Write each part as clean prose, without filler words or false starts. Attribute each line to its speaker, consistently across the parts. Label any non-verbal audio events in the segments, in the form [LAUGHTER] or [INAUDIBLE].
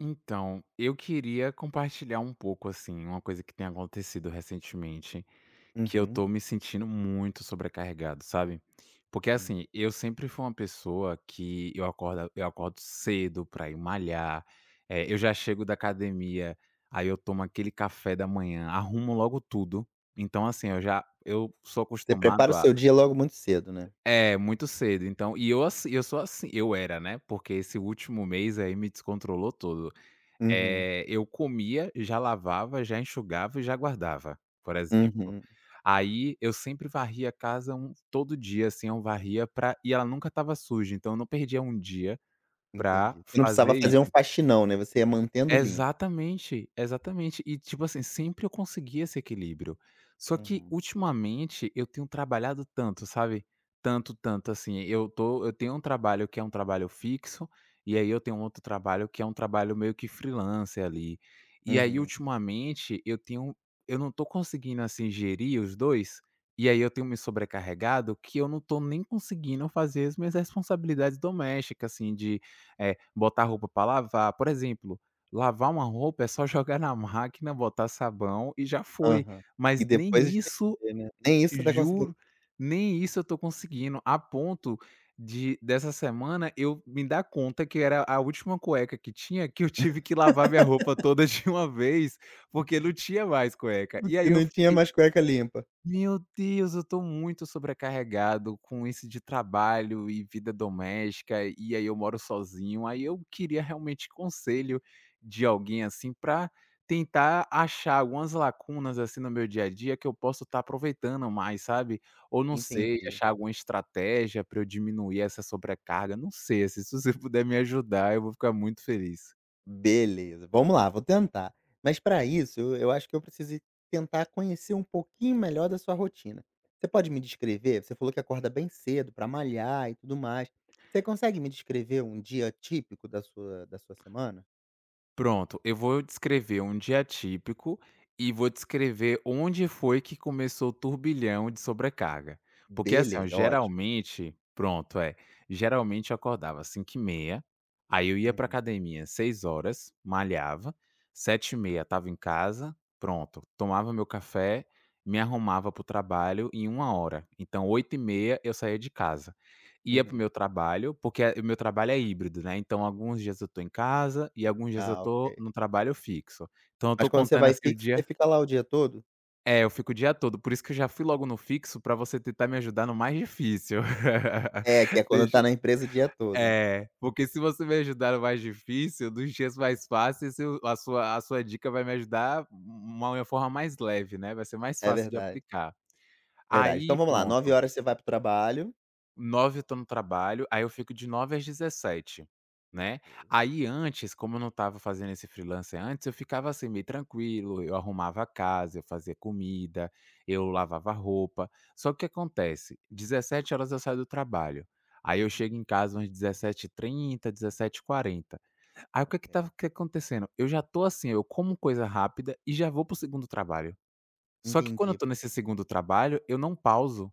Speaker 1: Então, eu queria compartilhar um pouco, assim, uma coisa que tem acontecido recentemente, que eu
Speaker 2: Uhum,
Speaker 1: tô me sentindo muito sobrecarregado, sabe? Porque,
Speaker 2: hum.
Speaker 1: assim, eu sempre fui uma pessoa que eu acordo cedo pra ir malhar, eu já chego da academia, aí eu tomo aquele café da manhã, arrumo logo tudo. Então, assim, eu sou
Speaker 2: Você prepara
Speaker 1: acostumado
Speaker 2: o
Speaker 1: a
Speaker 2: seu dia logo muito cedo, né?
Speaker 1: é, muito cedo. Então, e eu sou assim, eu era, né, porque esse último mês aí me descontrolou todo.
Speaker 2: Uhum,
Speaker 1: Eu comia, já lavava, já enxugava e já guardava, por exemplo.
Speaker 2: uhum,
Speaker 1: Aí eu sempre varria a casa um todo dia, assim, eu varria pra e ela nunca estava suja, então eu não perdia um dia pra
Speaker 2: entendi. Você não precisava
Speaker 1: fazer
Speaker 2: fazer um
Speaker 1: isso.
Speaker 2: faxinão, né, você ia mantendo limpo.
Speaker 1: Exatamente, exatamente. E, tipo assim, sempre eu consegui esse equilíbrio. Só que
Speaker 2: Uhum,
Speaker 1: ultimamente eu tenho trabalhado tanto, sabe? Tanto, tanto assim, eu tenho um trabalho que é um trabalho fixo, e aí eu tenho um outro trabalho que é um trabalho meio que freelancer ali. E aí
Speaker 2: uhum,
Speaker 1: ultimamente eu não tô conseguindo, assim, gerir os dois, e aí eu tenho me sobrecarregado, que eu não tô nem conseguindo fazer as minhas responsabilidades domésticas, assim, de, botar roupa pra lavar, por exemplo. Lavar uma roupa é só jogar na máquina, botar sabão e já foi,
Speaker 2: aham. E
Speaker 1: mas nem
Speaker 2: depois
Speaker 1: isso,
Speaker 2: estender, né. Nem isso você tá conseguindo,
Speaker 1: juro, nem isso eu tô conseguindo, a ponto de, dessa semana, eu me dar conta que era a última cueca que tinha, que eu tive que lavar minha roupa toda de uma vez, porque não tinha mais cueca.
Speaker 2: [LAUGHS]
Speaker 1: E aí
Speaker 2: porque
Speaker 1: eu
Speaker 2: não tinha mais cueca limpa.
Speaker 1: meu Deus, eu tô muito sobrecarregado com isso de trabalho e vida doméstica, e aí eu moro sozinho. Aí eu queria realmente conselho de alguém, assim, pra tentar achar algumas lacunas, assim, no meu dia a dia que eu posso estar aproveitando mais, sabe? Ou não sei,
Speaker 2: Entendi.
Speaker 1: achar alguma estratégia pra eu diminuir essa sobrecarga, não sei, assim, se você puder me ajudar, eu vou ficar muito feliz.
Speaker 2: Beleza, vamos lá, vou tentar. Mas para isso, eu acho que eu preciso tentar conhecer um pouquinho melhor da sua rotina. Você pode me descrever? Você falou que acorda bem cedo para malhar e tudo mais. Você consegue me descrever um dia típico da sua semana?
Speaker 1: Pronto, eu vou descrever um dia típico e vou descrever onde foi que começou o turbilhão de sobrecarga. Porque assim, ó,
Speaker 2: Beleza, ótimo.
Speaker 1: geralmente, pronto, geralmente eu acordava às cinco e meia, aí eu ia pra
Speaker 2: Uhum,
Speaker 1: academia às 6 horas, malhava, sete e meia tava em casa, pronto, tomava meu café, me arrumava para o trabalho em uma hora. Então oito e meia eu saía de casa. Ia para o
Speaker 2: uhum.
Speaker 1: meu trabalho, porque o meu trabalho é híbrido, né, então alguns dias eu tô em casa e alguns dias eu
Speaker 2: Ah,
Speaker 1: tô
Speaker 2: ok.
Speaker 1: no trabalho fixo. Então eu
Speaker 2: Mas
Speaker 1: tô
Speaker 2: quando você
Speaker 1: contando,
Speaker 2: vai
Speaker 1: assim, o
Speaker 2: fixo, você
Speaker 1: dia,
Speaker 2: fica lá o dia todo?
Speaker 1: é, eu fico o dia todo, por isso que eu já fui logo no fixo pra você tentar me ajudar no mais difícil.
Speaker 2: É, que
Speaker 1: [LAUGHS]
Speaker 2: é quando
Speaker 1: Deixa
Speaker 2: tá na empresa o dia todo, né.
Speaker 1: é, porque se você me ajudar no mais difícil, nos dias mais fáceis eu a sua dica vai me ajudar de uma forma mais leve, né, vai ser mais
Speaker 2: É
Speaker 1: fácil de
Speaker 2: verdade,
Speaker 1: aplicar.
Speaker 2: é verdade. Então
Speaker 1: Aí
Speaker 2: vamos lá, Nove
Speaker 1: pronto.
Speaker 2: horas você vai para o trabalho.
Speaker 1: Nove h eu tô no trabalho, aí eu fico de nove às dezessete, né.
Speaker 2: Ok.
Speaker 1: Aí antes, como eu não estava fazendo esse freelancer antes, eu ficava assim meio tranquilo, eu arrumava a casa, eu fazia comida, eu lavava roupa. Só que o que acontece, dezessete h eu saio do trabalho, aí eu chego
Speaker 2: Uhum,
Speaker 1: em casa umas dezessete h 30, 17h40. Aí o que que estava
Speaker 2: ok.
Speaker 1: que acontecendo? Eu já tô assim, eu como coisa rápida e já vou para o segundo trabalho. Só que quando eu
Speaker 2: Entendi.
Speaker 1: tô nesse segundo trabalho, eu não pauso.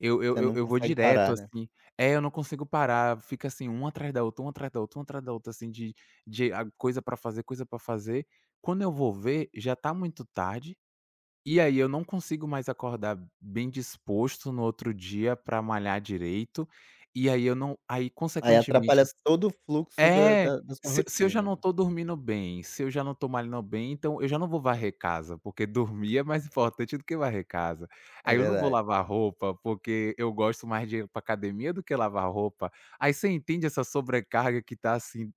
Speaker 1: Eu eu
Speaker 2: Você
Speaker 1: eu
Speaker 2: não
Speaker 1: eu vou
Speaker 2: consegue
Speaker 1: direto,
Speaker 2: parar, né.
Speaker 1: assim. É, eu não consigo parar, fica assim, um atrás da outra, um atrás da outra, um atrás da outra, assim, de a coisa pra fazer, coisa pra fazer. Quando eu vou ver, já tá muito tarde, e aí eu não consigo mais acordar bem disposto no outro dia pra malhar direito, e aí eu não aí,
Speaker 2: Aí
Speaker 1: consequentemente,
Speaker 2: atrapalha todo o fluxo da
Speaker 1: é,
Speaker 2: da da sua
Speaker 1: se eu já
Speaker 2: rotina,
Speaker 1: não
Speaker 2: né.
Speaker 1: tô dormindo bem, se eu já não tô malhando bem, então eu já não vou varrer casa, porque [LAUGHS] dormir é mais importante do que varrer casa.
Speaker 2: É
Speaker 1: Aí eu não vou
Speaker 2: verdade.
Speaker 1: lavar roupa, porque eu gosto mais de ir pra academia do que lavar roupa. Aí você entende essa sobrecarga que tá, assim,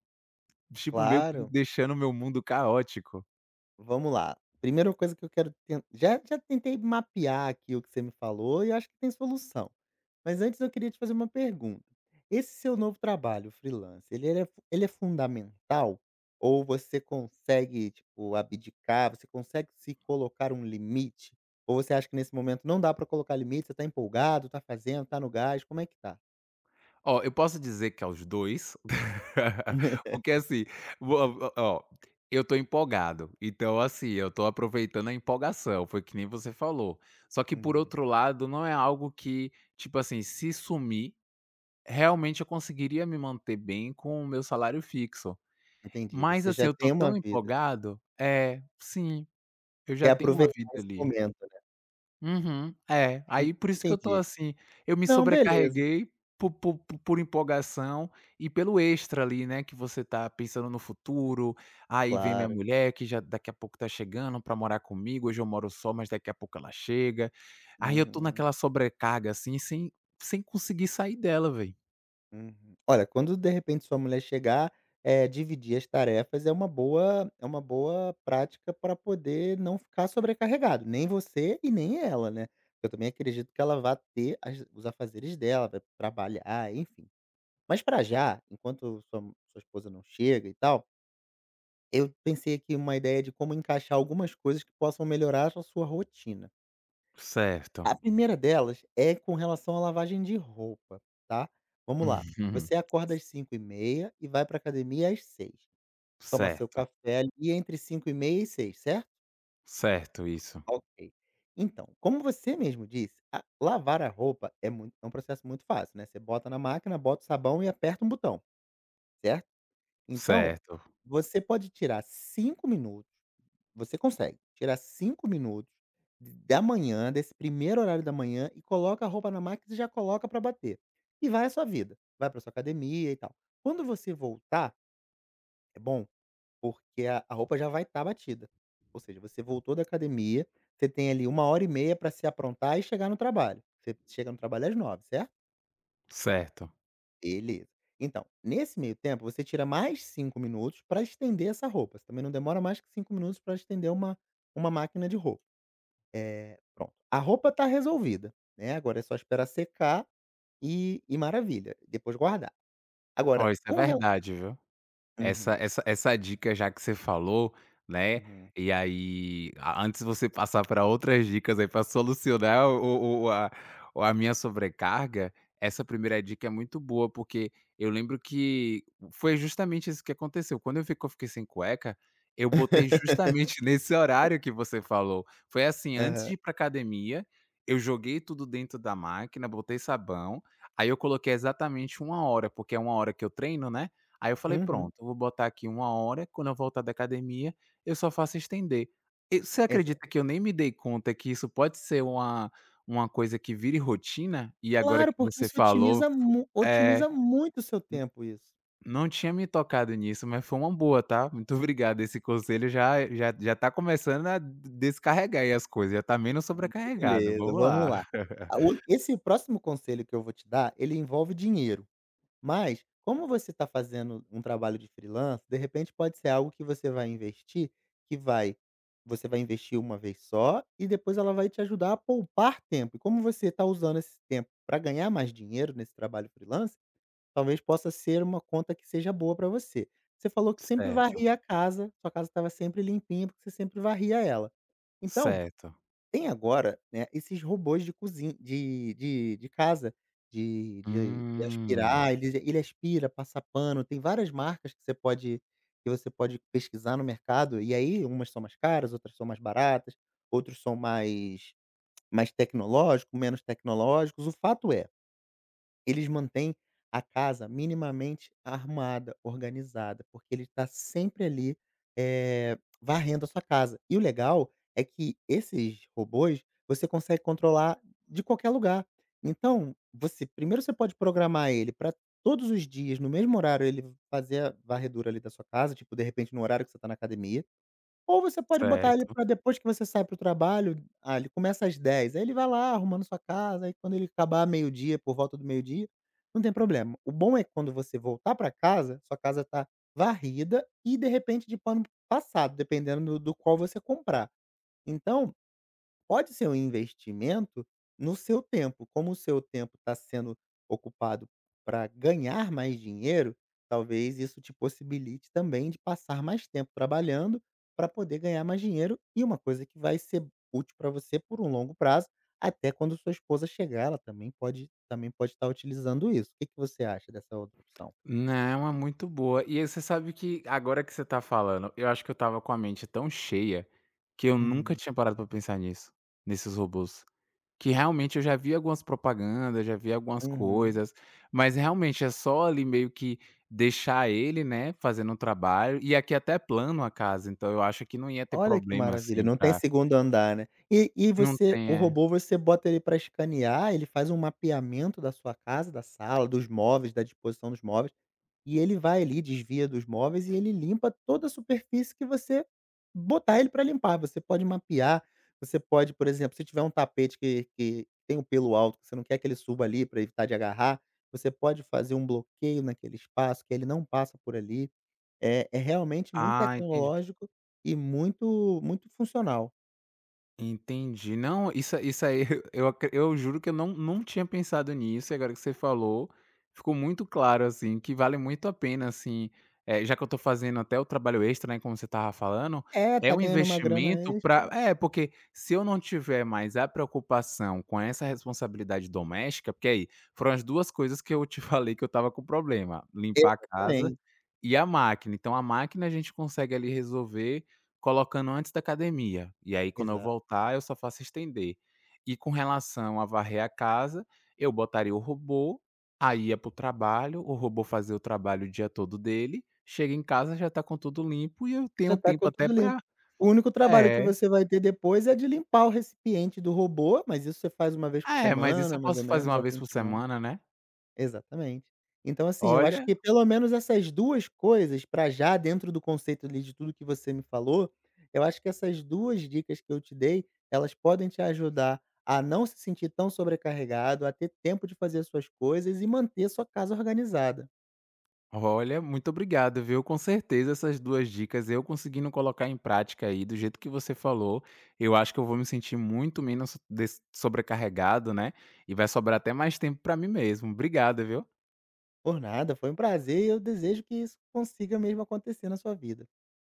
Speaker 1: tipo, meio que
Speaker 2: Claro,
Speaker 1: deixando o meu mundo caótico.
Speaker 2: vamos lá. Primeira coisa que eu quero ten já já tentei mapear aqui o que você me falou e acho que tem solução. Mas antes eu queria te fazer uma pergunta. Esse seu novo trabalho freelance, ele é fundamental ou você consegue, tipo, abdicar, você consegue se colocar um limite? Ou você acha que nesse momento não dá pra colocar limite, você tá empolgado, tá fazendo, tá no gás, como é que tá?
Speaker 1: Ó, eu posso dizer que aos 2, [LAUGHS] porque assim, vo ó, eu tô empolgado, então assim, eu tô aproveitando a empolgação, foi que nem você falou. Só que por
Speaker 2: Uhum,
Speaker 1: outro lado, não é algo que, tipo assim, se sumir, realmente eu conseguiria me manter bem com o meu salário fixo.
Speaker 2: entendi,
Speaker 1: Mas
Speaker 2: você
Speaker 1: assim,
Speaker 2: já
Speaker 1: eu tô
Speaker 2: tem uma
Speaker 1: tão
Speaker 2: vida,
Speaker 1: empolgado, é, sim, eu
Speaker 2: quer
Speaker 1: já tenho uma
Speaker 2: aproveitar
Speaker 1: vida
Speaker 2: esse
Speaker 1: ali.
Speaker 2: momento, né.
Speaker 1: Uhum. É,
Speaker 2: En
Speaker 1: aí por isso que eu tô
Speaker 2: Entendi.
Speaker 1: assim, eu me
Speaker 2: Não, beleza.
Speaker 1: sobrecarreguei por empolgação e pelo extra ali, né, que você tá pensando no futuro, aí vem minha
Speaker 2: Claro.
Speaker 1: mulher que já daqui a pouco tá chegando pra morar comigo, hoje eu moro só, mas daqui a pouco ela chega. Aí eu tô
Speaker 2: Uhum,
Speaker 1: naquela sobrecarga assim, sem conseguir sair dela, velho.
Speaker 2: uhum. Olha, quando de repente sua mulher chegar, é dividir as tarefas é uma boa prática para poder não ficar sobrecarregado, nem você e nem ela, né. Eu também acredito que ela vá ter as os afazeres dela, vai trabalhar, enfim. Mas para já, enquanto sua esposa não chega e tal. Eu pensei aqui uma ideia de como encaixar algumas coisas que possam melhorar a sua rotina.
Speaker 1: Certo.
Speaker 2: A primeira delas é com relação à lavagem de roupa, tá? Vamos lá.
Speaker 1: Uhum.
Speaker 2: Você acorda às 5h30 e vai para academia às 6h. Toma seu
Speaker 1: Certo,
Speaker 2: café ali entre 5h30 e 6h, certo?
Speaker 1: certo isso.
Speaker 2: Ok. Então, como você mesmo disse, a lavar a roupa é muito é um processo muito fácil, né? Você bota na máquina, bota o sabão e aperta um botão, certo? Então,
Speaker 1: Certo,
Speaker 2: você pode tirar 5 minutos você consegue tirar 5 minutos d da manhã, desse primeiro horário da manhã, e coloca a roupa na máquina e já coloca para bater. E vai a sua vida, vai para sua academia e tal. Quando você voltar, é bom, porque a roupa já vai estar batida. Ou seja, você voltou da academia, você tem ali 1 hora e meia para se aprontar e chegar no trabalho. Você chega no trabalho às 9h, certo?
Speaker 1: certo.
Speaker 2: Beleza. Então, nesse meio tempo, você tira mais 5 minutos para estender essa roupa. Você também não demora mais que 5 minutos para estender uma máquina de roupa. Eh, pronto. A roupa tá resolvida, né, agora é só esperar secar e maravilha, depois guardar.
Speaker 1: Ó,
Speaker 2: Agora,
Speaker 1: isso é
Speaker 2: com rel
Speaker 1: verdade, viu. Essa
Speaker 2: uhum,
Speaker 1: essa essa dica já que você falou, né,
Speaker 2: uhum.
Speaker 1: e aí a antes de você passar para outras dicas aí para solucionar o a minha sobrecarga, essa primeira dica é muito boa, porque eu lembro que foi justamente isso que aconteceu. Quando eu vi fiquei sem cueca, eu botei
Speaker 2: [LAUGHS]
Speaker 1: justamente [LAUGHS] nesse horário que você falou. Foi assim, antes
Speaker 2: Aham.
Speaker 1: de ir para academia, eu joguei tudo dentro da máquina, botei sabão, aí eu coloquei exatamente uma hora, porque é uma hora que eu treino, né. Aí eu falei:
Speaker 2: Uhum.
Speaker 1: "Pronto, eu vou botar aqui uma hora, quando eu voltar da academia, eu só faço estender". E você
Speaker 2: Exato.
Speaker 1: acredita que eu nem me dei conta que isso pode ser uma coisa que vire rotina? E agora
Speaker 2: Claro,
Speaker 1: que
Speaker 2: porque
Speaker 1: você
Speaker 2: isso
Speaker 1: falou
Speaker 2: otimiza
Speaker 1: fo
Speaker 2: mu
Speaker 1: é,
Speaker 2: otimiza muito o seu tempo isso.
Speaker 1: não tinha me tocado nisso, mas foi uma boa, tá. Muito [LAUGHS] obrigado, esse conselho já tá começando a descarregar aí as coisas, já tá menos sobrecarregado.
Speaker 2: Beleza,
Speaker 1: Vamos
Speaker 2: vamos lá.
Speaker 1: lá. [LAUGHS]
Speaker 2: A o Esse próximo conselho que eu vou te dar, ele envolve dinheiro. Mas, como você está fazendo um trabalho de freelancer, de repente pode ser algo que você vai investir, que vai você vai investir uma vez só e depois ela vai te ajudar a poupar tempo. E como você está usando esse tempo para ganhar mais dinheiro nesse trabalho freelance, talvez possa ser uma conta que seja boa para você. Você falou que sempre
Speaker 1: Certo,
Speaker 2: varria a casa, sua casa estava sempre limpinha porque você sempre varria ela. Então,
Speaker 1: certo.
Speaker 2: tem agora, né, esses robôs de cozinha de casa, de
Speaker 1: Hum,
Speaker 2: aspirar, ele aspira, passa pano, tem várias marcas que você pode pesquisar no mercado, e aí umas são mais caras, outras são mais baratas, outros são mais tecnológicos menos tecnológicos, o fato é eles mantêm a casa minimamente arrumada, organizada, porque ele está sempre ali, varrendo a sua casa. E o legal é que esses robôs, você consegue controlar de qualquer lugar. Então, você primeiro você pode programar ele para todos os dias, no mesmo horário, ele fazer a varredura ali da sua casa, tipo, de repente, no horário que você está na academia. Ou você pode botar ele
Speaker 1: certo.
Speaker 2: para depois que você sai para o trabalho, ah, ele começa às 10h, aí ele vai lá arrumando sua casa, aí quando ele acabar meio-dia, por volta do meio-dia, não tem problema. O bom é que quando você voltar para casa, sua casa tá varrida e de repente de pano passado, dependendo do qual você comprar. Então, pode ser um investimento no seu tempo. Como o seu tempo está sendo ocupado para ganhar mais dinheiro, talvez isso te possibilite também de passar mais tempo trabalhando para poder ganhar mais dinheiro e uma coisa que vai ser útil para você por um longo prazo, até quando sua esposa chegar, ela também pode estar utilizando isso. O que que você acha dessa outra opção?
Speaker 1: Não, é muito boa. E aí você sabe que agora que você tá falando, eu acho que eu estava com a mente tão cheia que eu nunca
Speaker 2: Uhum,
Speaker 1: tinha parado pra pensar nisso, nesses robôs. Que realmente eu já vi algumas propagandas, já vi algumas
Speaker 2: uhum.
Speaker 1: coisas, mas realmente é só ali meio que deixar ele, né, fazendo um trabalho. E aqui até é plano a casa, então eu acho que não ia ter
Speaker 2: Olha que
Speaker 1: problema
Speaker 2: maravilha,
Speaker 1: assim
Speaker 2: não tem
Speaker 1: pra.
Speaker 2: segundo andar, né. E
Speaker 1: Não
Speaker 2: você
Speaker 1: tem,
Speaker 2: o
Speaker 1: é.
Speaker 2: robô você bota ele para escanear, ele faz um mapeamento da sua casa, da sala, dos móveis, da disposição dos móveis, e ele vai ali, desvia dos móveis e ele limpa toda a superfície que você botar ele para limpar. Você pode mapear, você pode, por exemplo, se tiver um tapete que tem o pelo alto, que você não quer que ele suba ali para evitar de agarrar, você pode fazer um bloqueio naquele espaço que ele não passa por ali. É realmente muito
Speaker 1: Ah, entendi.
Speaker 2: tecnológico e muito muito funcional.
Speaker 1: Entendi. Não, isso aí [LAUGHS] eu juro que eu não tinha pensado nisso, e agora que você falou, ficou muito claro, assim, que vale muito a pena, assim, já que eu tô fazendo até o trabalho extra, né, como você tava falando,
Speaker 2: É,
Speaker 1: é
Speaker 2: tá
Speaker 1: um
Speaker 2: ganhando uma grana
Speaker 1: investimento
Speaker 2: extra,
Speaker 1: para. É, porque se eu não tiver mais a preocupação com essa responsabilidade doméstica porque aí, foram as 2 coisas que eu te [LAUGHS] falei que eu tava com problema, limpar a casa
Speaker 2: exatamente,
Speaker 1: e a máquina, então a máquina a gente consegue ali resolver colocando antes da academia, e aí quando eu
Speaker 2: exato.
Speaker 1: voltar eu só faço estender. E com relação a varrer a casa, eu botaria o robô, aí ia para o trabalho, o robô fazia o trabalho o dia todo dele, chega em casa já está com tudo limpo e eu tenho
Speaker 2: Já tá
Speaker 1: tempo
Speaker 2: com
Speaker 1: até
Speaker 2: tudo
Speaker 1: pra
Speaker 2: limpo. O único trabalho que
Speaker 1: é,
Speaker 2: você vai ter depois é de limpar o recipiente do robô, mas isso você faz uma vez por
Speaker 1: é, mas isso eu
Speaker 2: semana, mais ou
Speaker 1: posso fazer
Speaker 2: menos,
Speaker 1: uma
Speaker 2: ao
Speaker 1: vez
Speaker 2: fim
Speaker 1: por
Speaker 2: de semana.
Speaker 1: semana, né.
Speaker 2: Exatamente. Então, assim, eu acho
Speaker 1: Olha
Speaker 2: que pelo menos essas 2 coisas para já dentro do conceito ali de tudo que você me falou, eu acho que essas 2 dicas que eu te dei, elas podem te ajudar a não se sentir tão sobrecarregado, a ter tempo de fazer as suas coisas e manter a sua casa organizada.
Speaker 1: Olha, muito obrigado, viu? Com certeza essas 2 dicas, eu conseguindo colocar em prática aí do jeito que você falou, eu acho que eu vou me sentir muito menos des sobrecarregado, né, e vai sobrar até mais tempo para mim mesmo. Obrigado, viu?
Speaker 2: Por nada, foi um prazer e eu desejo que isso consiga mesmo acontecer na sua vida.